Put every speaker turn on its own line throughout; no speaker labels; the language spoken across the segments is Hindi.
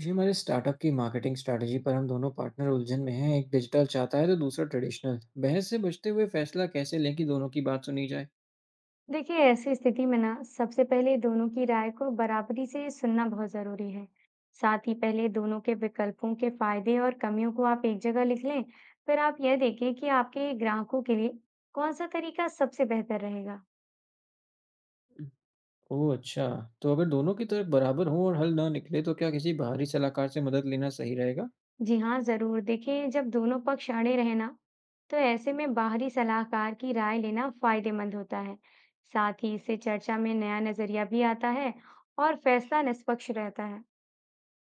जी, हमारे स्टार्टअप की मार्केटिंग स्ट्रैटेजी पर हम दोनों पार्टनर उलझन में हैं। एक डिजिटल चाहता है तो दूसरा ट्रेडिशनल। बहस से बचते हुए फैसला कैसे लें कि दोनों की बात सुनी जाए?
देखिए ऐसी स्थिति में ना सबसे पहले दोनों की राय को बराबरी से सुनना बहुत जरूरी है। साथ ही पहले दोनों के विकल्पों के फायदे और कमियों को आप एक जगह लिख लें। फिर आप यह देखें कि आपके ग्राहकों के लिए कौन सा तरीका सबसे बेहतर रहेगा।
ओह अच्छा, तो अगर दोनों की तरफ बराबर हो और हल ना निकले तो क्या किसी बाहरी सलाहकार से मदद लेना सही रहेगा?
जी हाँ, जरूर देखें। जब दोनों पक्ष अड़े रहे ना, तो ऐसे में बाहरी सलाहकार की राय लेना फायदेमंद होता है। साथ ही इससे चर्चा में नया नजरिया भी आता है और फैसला निष्पक्ष रहता है।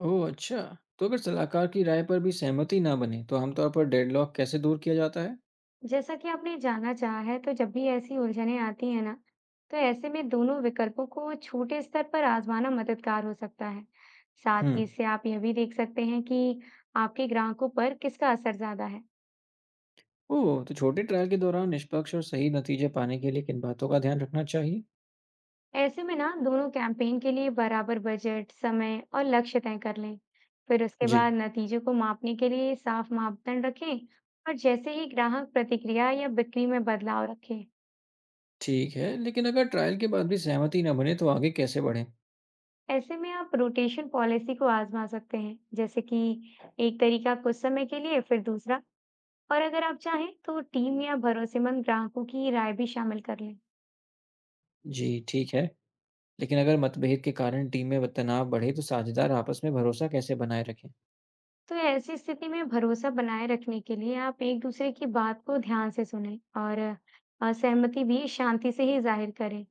ओह अच्छा, तो अगर सलाहकार की राय पर भी सहमति ना बने तो आमतौर पर डेडलॉक कैसे दूर किया जाता है?
जैसा कि आपने जाना चाहा है, तो जब भी ऐसी उलझनें आती हैं ना, तो ऐसे में दोनों विकल्पों को छोटे स्तर पर आजमाना मददगार हो सकता है। साथ
हुँ।
ही इससे आप यह भी देख सकते हैं कि आपके ग्राहकों पर किसका असर ज्यादा है।
ओह, तो छोटे ट्रायल के दौरान निष्पक्ष और सही नतीजे पाने के लिए किन बातों का ध्यान रखना चाहिए?
ऐसे में ना दोनों कैंपेन के लिए बराबर बजट, समय और लक्ष्य तय कर लें। फिर उसके
जी।
बाद नतीजों को मापने के लिए साफ मापदंड रखें और जैसे ही ग्राहक प्रतिक्रिया या बिक्री में बदलाव रखें।
ठीक है, लेकिन अगर ट्रायल के बाद भी सहमति ना बने तो आगे कैसे बढ़ें?
ऐसे में आप रोटेशन पॉलिसी को आजमा सकते हैं, जैसे कि एक तरीका कुछ समय के लिए फिर दूसरा। और अगर आप चाहें तो टीम या भरोसेमंद ग्राहकों की राय भी शामिल कर लें।
जी, ठीक है, लेकिन अगर मतभेद के कारण टीम में तनाव बढ़े तो साझेदार आपस में भरोसा कैसे बनाए रखें?
तो ऐसी स्थिति में भरोसा बनाए रखने के लिए आप एक दूसरे की बात को ध्यान से सुनें और असहमति भी शांति से ही जाहिर करें।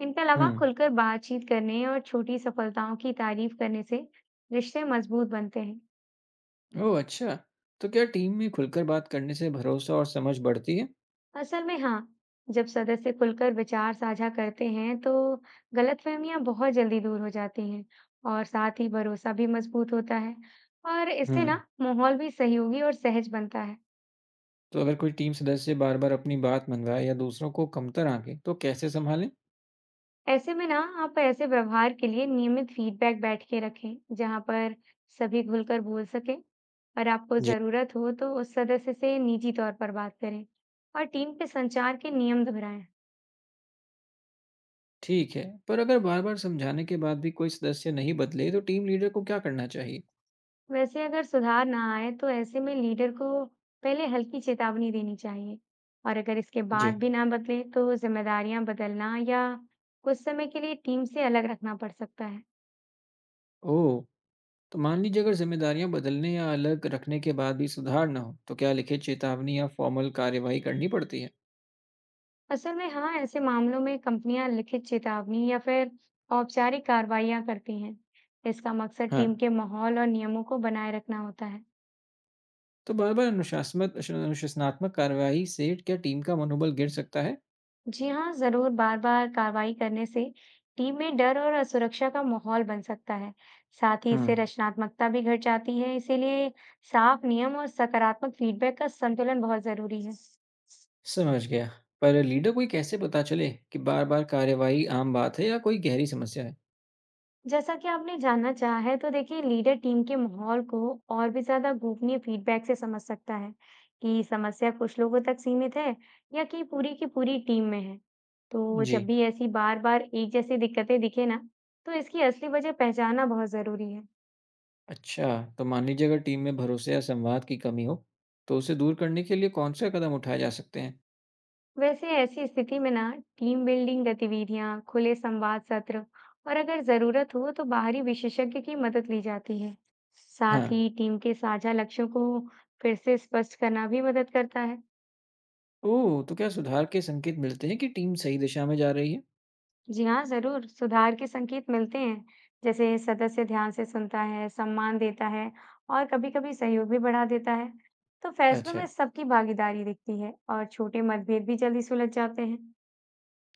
इनके
हुँ,
अलावा खुलकर बातचीत करने और छोटी सफलताओं की तारीफ करने से रिश्ते मजबूत बनते हैं।
ओह अच्छा, तो क्या टीम में खुलकर बात करने से भरोसा और समझ बढ़ती है?
असल में हाँ, जब सदस्य खुलकर विचार साझा करते हैं तो गलतफहमियां बहुत जल्दी दूर हो जाती हैं और साथ ही भरोसा भी मजबूत होता है। और इससे
हुँ,
ना माहौल भी सहयोगी और सहज बनता है।
तो अगर कोई टीम सदस्य बार-बार अपनी बात मनवाए या दूसरों को कमतर आंके तो कैसे सँभालें?
ऐसे में ना आप ऐसे व्यवहार के लिए नियमित फीडबैक बैठ के रखें, जहां पर सभी खुलकर बोल सकें। और आपको
जी,
जरूरत हो तो उस सदस्य से निजी तौर पर बात करें और टीम के संचार के नियम दोहराएं।
ठीक है, पर अगर बार-बार समझाने के बाद भी कोई सदस्य नहीं बदले तो टीम लीडर को क्या करना चाहिए?
वैसे अगर सुधार ना आए तो ऐसे में लीडर को पहले हल्की चेतावनी देनी चाहिए। और अगर इसके
जी,
बाद भी ना बदले तो जिम्मेदारियां बदलना या कुछ समय के लिए टीम से अलग रखना पड़ सकता है।
ओह! तो मान लीजिए अगर जिम्मेदारियां बदलने या अलग रखने के बाद भी सुधार ना हो तो क्या लिखित चेतावनी या फॉर्मल कार्यवाही करनी पड़ती है।
असल में हाँ, ऐसे मामलों में कंपनियां लिखित चेतावनी या फिर औपचारिक कार्रवाइयां करती हैं। इसका मकसद टीम
हाँ,
के माहौल और नियमों को बनाए रखना होता है।
तो बार बार अनुशासनात्मक अनुशासनात्मक कार्यवाही से क्या टीम का मनोबल गिर सकता है?
जी हाँ, जरूर। बार-बार कार्रवाई करने से टीम में डर और असुरक्षा का माहौल बन सकता है। साथ ही इससे
हम्म।
रचनात्मकता भी घट जाती है, इसीलिए साफ नियम और सकारात्मक फीडबैक का संतुलन बहुत जरूरी है।
समझ गया। पर लीडर को ये कैसे पता चले कि बार बार कार्यवाही आम बात है या कोई गहरी समस्या है?
जैसा कि आपने जानना चाहा है, तो देखिए लीडर टीम के माहौल को और भी ज्यादा गोपनीय फीडबैक से समझ सकता है कि समस्या कुछ लोगों तक सीमित है या कि पूरी की पूरी टीम में है। तो
जी।
जब भी ऐसी बार-बार एक जैसी दिक्कतें दिखे ना, तो इसकी असली वजह पहचानना बहुत जरूरी है।
अच्छा, तो मान लीजिए अगर टीम में भरोसे या संवाद की कमी हो तो उसे दूर करने के लिए कौन सा कदम उठाए जा सकते हैं?
वैसे ऐसी स्थिति में ना टीम बिल्डिंग गतिविधियां, खुले संवाद सत्र और अगर जरूरत हो तो बाहरी विशेषज्ञ की मदद ली जाती है। साथ
हाँ।
ही टीम के साझा लक्ष्यों को फिर से स्पष्ट करना भी मदद करता है।
ओह, तो क्या सुधार के संकेत मिलते हैं कि टीम सही दिशा में जा रही है?
जी हाँ, जरूर सुधार के संकेत मिलते हैं। जैसे सदस्य ध्यान से सुनता है, सम्मान देता है और कभी-कभी सहयोग भी बढ़ा देता है। तो फैसलों
अच्छा,
में सबकी भागीदारी दिखती है और छोटे मतभेद भी जल्दी सुलझ जाते हैं।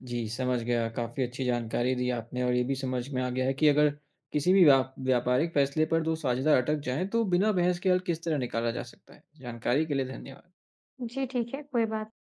जी समझ गया। काफ़ी अच्छी जानकारी दी आपने और ये भी समझ में आ गया है कि अगर किसी भी व्याप व्यापारिक फैसले पर 2 साझेदार अटक जाएँ, तो बिना बहस के हल किस तरह निकाला जा सकता है। जानकारी के लिए धन्यवाद।
जी ठीक है, कोई बात